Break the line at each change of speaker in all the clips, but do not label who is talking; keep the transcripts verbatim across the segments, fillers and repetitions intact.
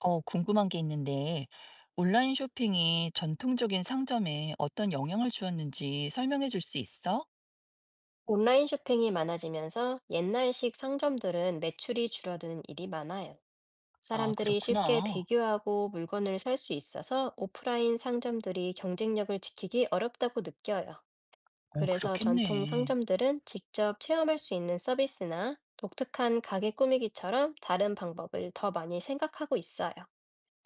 어, 궁금한 게 있는데, 온라인 쇼핑이 전통적인 상점에 어떤 영향을 주었는지 설명해 줄 수 있어?
온라인 쇼핑이 많아지면서 옛날식 상점들은 매출이 줄어드는 일이 많아요.
아,
사람들이 쉽게
그렇구나.
비교하고 물건을 살 수 있어서 오프라인 상점들이 경쟁력을 지키기 어렵다고 느껴요.
어,
그래서 전통
그렇겠네.
상점들은 직접 체험할 수 있는 서비스나 독특한 가게 꾸미기처럼 다른 방법을 더 많이 생각하고 있어요.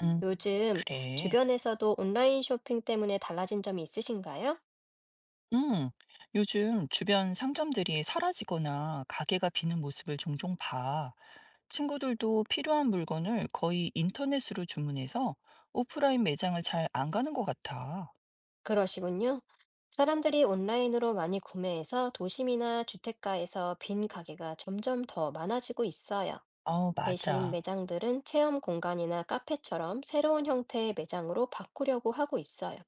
음,
요즘
그래.
주변에서도 온라인 쇼핑 때문에 달라진 점이 있으신가요?
음, 요즘 주변 상점들이 사라지거나 가게가 비는 모습을 종종 봐. 친구들도 필요한 물건을 거의 인터넷으로 주문해서 오프라인 매장을 잘 안 가는 것 같아.
그러시군요. 사람들이 온라인으로 많이 구매해서 도심이나 주택가에서 빈 가게가 점점 더 많아지고 있어요.
아, 맞아.
매장들은 체험 공간이나 카페처럼 새로운 형태의 매장으로 바꾸려고 하고 있어요.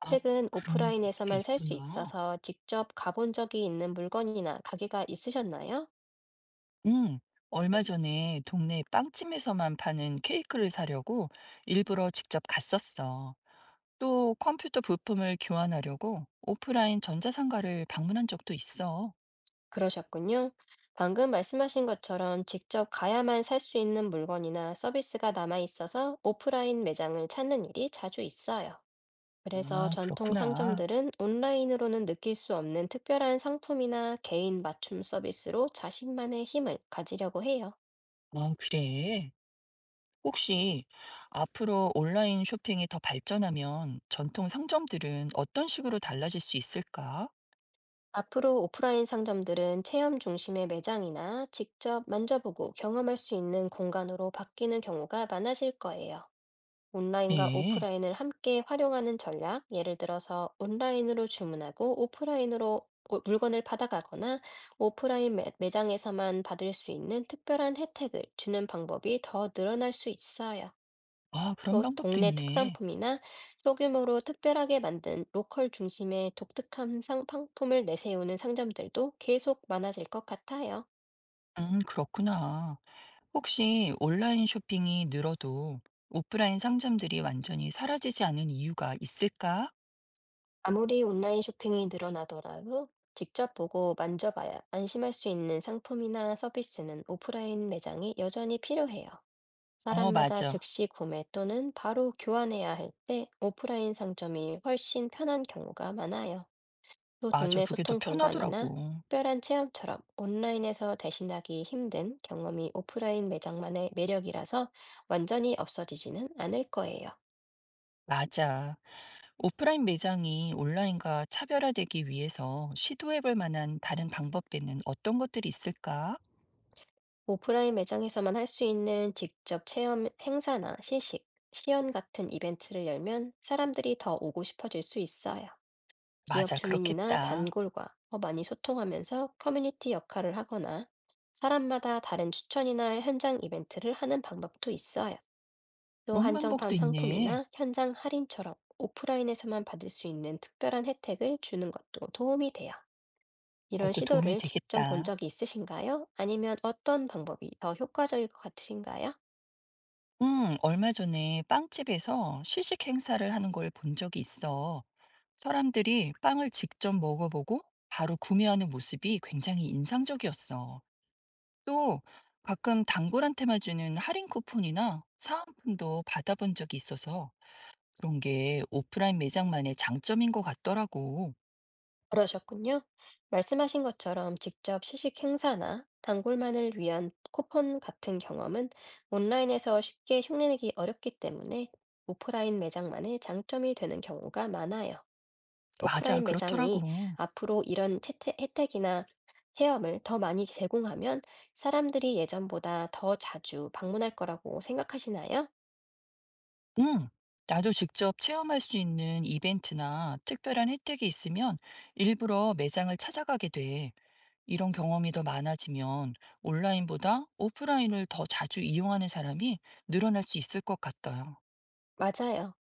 아,
최근
그런 게
오프라인에서만 살 수
있구나.
있어서 직접 가본 적이 있는 물건이나 가게가 있으셨나요?
음, 얼마 전에 동네 빵집에서만 파는 케이크를 사려고 일부러 직접 갔었어. 또 컴퓨터 부품을 교환하려고 오프라인 전자상가를 방문한 적도 있어.
그러셨군요. 방금 말씀하신 것처럼 직접 가야만 살 수 있는 물건이나 서비스가 남아 있어서 오프라인 매장을 찾는 일이 자주 있어요. 그래서
아,
전통
그렇구나.
상점들은 온라인으로는 느낄 수 없는 특별한 상품이나 개인 맞춤 서비스로 자신만의 힘을 가지려고 해요.
아, 그래. 혹시 앞으로 온라인 쇼핑이 더 발전하면 전통 상점들은 어떤 식으로 달라질 수 있을까?
앞으로 오프라인 상점들은 체험 중심의 매장이나 직접 만져보고 경험할 수 있는 공간으로 바뀌는 경우가 많아질 거예요. 온라인과
네.
오프라인을 함께 활용하는 전략, 예를 들어서 온라인으로 주문하고 오프라인으로 오- 물건을 받아가거나 오프라인 매- 매장에서만 받을 수 있는 특별한 혜택을 주는 방법이 더 늘어날 수 있어요.
아, 그런 방법도
동네
있네.
상품이나 소규모로 특별하게 만든 로컬 중심의 독특한 상품을 내세우는 상점들도 계속 많아질 것 같아요.
음, 그렇구나. 혹시 온라인 쇼핑이 늘어도 오프라인 상점들이 완전히 사라지지 않은 이유가 있을까?
아무리 온라인 쇼핑이 늘어나더라도 직접 보고 만져봐야 안심할 수 있는 상품이나 서비스는 오프라인 매장이 여전히 필요해요.
어,
사람
맞아.
없이 구매 또는 바로 교환해야 할 때 오프라인 상점이 훨씬 편한 경우가 많아요. 또
맞아.
동네 소-
그게 더 편하더라고.
특별한 체험처럼 온라인에서 대신하기 힘든 경험이 오프라인 매장만의 매력이라서 완전히 없어지지는 않을 거예요.
맞아. 오프라인 매장이 온라인과 차별화되기 위해서 시도해볼 만한 다른 방법에는 어떤 것들이 있을까?
오프라인 매장에서만 할 수 있는 직접 체험 행사나 시식, 시연 같은 이벤트를 열면 사람들이 더 오고 싶어질 수 있어요.
맞아.
이나
그렇겠다.
단골과 더 많이 소통하면서 커뮤니티 역할을 하거나 사람마다 다른 추천이나 현장 이벤트를 하는 방법도 있어요.
그런
또한
방법도 있네.
현장 할인처럼 오프라인에서만 받을 수 있는 특별한 혜택을 주는 것도 도움이 돼요. 이런
그것도
시도본
도움이 되겠다.
적이 있으신가요? 아니면 어떤 방법이 더 효과적일 것 같으신가요?
음, 얼마 전에 빵집에서 시식 행사를 하는 걸 본 적이 있어. 사람들이 빵을 직접 먹어보고 바로 구매하는 모습이 굉장히 인상적이었어. 또 가끔 단골한테만 주는 할인 쿠폰이나 사은품도 받아본 적이 있어서 그런 게 오프라인 매장만의 장점인 것 같더라고.
그러셨군요. 말씀하신 것처럼 직접 시식 행사나 단골만을 위한 쿠폰 같은 경험은 온라인에서 쉽게 흉내내기 어렵기 때문에 오프라인 매장만의 장점이 되는 경우가 많아요. 또
맞아, 그렇더라고.
앞으로 이런 채택 혜택이나 체험을 더 많이 제공하면 사람들이 예전보다 더 자주 방문할 거라고 생각하시나요?
응. 나도 직접 체험할 수 있는 이벤트나 특별한 혜택이 있으면 일부러 매장을 찾아가게 돼. 이런 경험이 더 많아지면 온라인보다 오프라인을 더 자주 이용하는 사람이 늘어날 수 있을 것 같아요.
맞아요.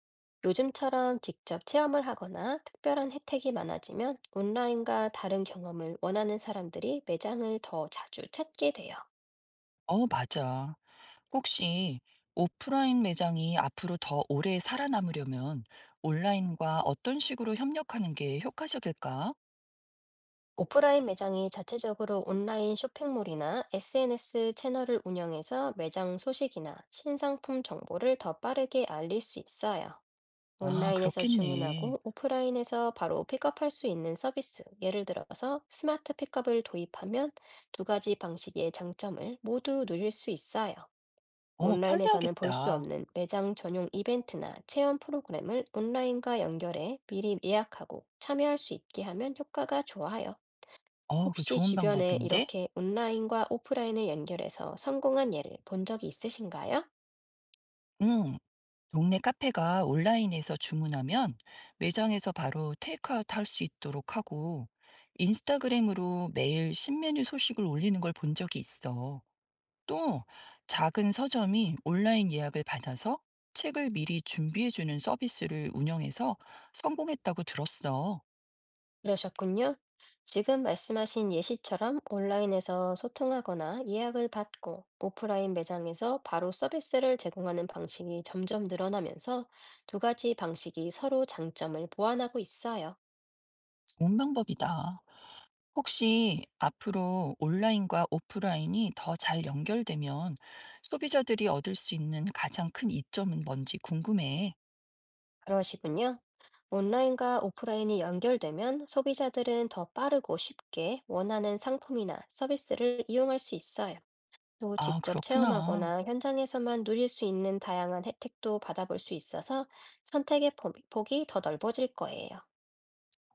요즘처럼 직접 체험을 하거나 특별한 혜택이 많아지면 온라인과 다른 경험을 원하는 사람들이 매장을 더 자주 찾게 돼요.
어, 맞아. 혹시 오프라인 매장이 앞으로 더 오래 살아남으려면 온라인과 어떤 식으로 협력하는 게 효과적일까?
오프라인 매장이 자체적으로 온라인 쇼핑몰이나 에스엔에스 채널을 운영해서 매장 소식이나 신상품 정보를 더 빠르게 알릴 수 있어요.
아,
온라인에서
그렇겠네.
하고 오프라인에서 바로 픽업할 수 있는 서비스, 예를 들어서 스마트 픽업을 도입하면 두 가지 방식의 장점을 모두 누릴 수 있어요.
어,
온라인에
편리하겠다.
없는 매장 전용 이벤트나 체험 프로그램을 온라인과 연결해 미리 예약하고 참여할 수 있게 하면 효과가 좋아요.
어, 그 좋은
주변에
방법인데?
이렇게 온라인과 오프라인을 연결해서 성공한 예를 본 적이 있으신가요?
응. 동네 카페가 온라인에서 주문하면 매장에서 바로 테이크아웃 할 수 있도록 하고 인스타그램으로 매일 신메뉴 소식을 올리는 걸 본 적이 있어. 또 작은 서점이 온라인 예약을 받아서 책을 미리 준비해주는 서비스를 운영해서 성공했다고 들었어.
그러셨군요. 지금 말씀하신 예시처럼 온라인에서 소통하거나 예약을 받고 오프라인 매장에서 바로 서비스를 제공하는 방식이 점점 늘어나면서 두 가지 방식이 서로 장점을 보완하고 있어요.
좋은 방법이다. 혹시 앞으로 온라인과 오프라인이 더 잘 연결되면 소비자들이 얻을 수 있는 가장 큰 이점은 뭔지 궁금해.
그러시군요. 온라인과 오프라인이 연결되면 소비자들은 더 빠르고 쉽게 원하는 상품이나 서비스를 이용할 수 있어요. 또
아, 그렇구나.
직구나 현장에서만 누릴 수 있는 다양한 혜택도 받아볼 수 있어서 선택의 폭- 폭이 더 넓어질 거예요.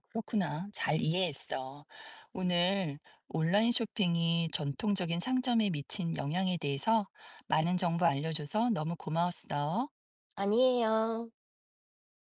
그렇구나. 잘 이해했어. 오늘 온라인 쇼핑이 전통적인 상점에 미친 영향에 대해서 많은 정보 알려줘서 너무 고마웠어.
아니에요.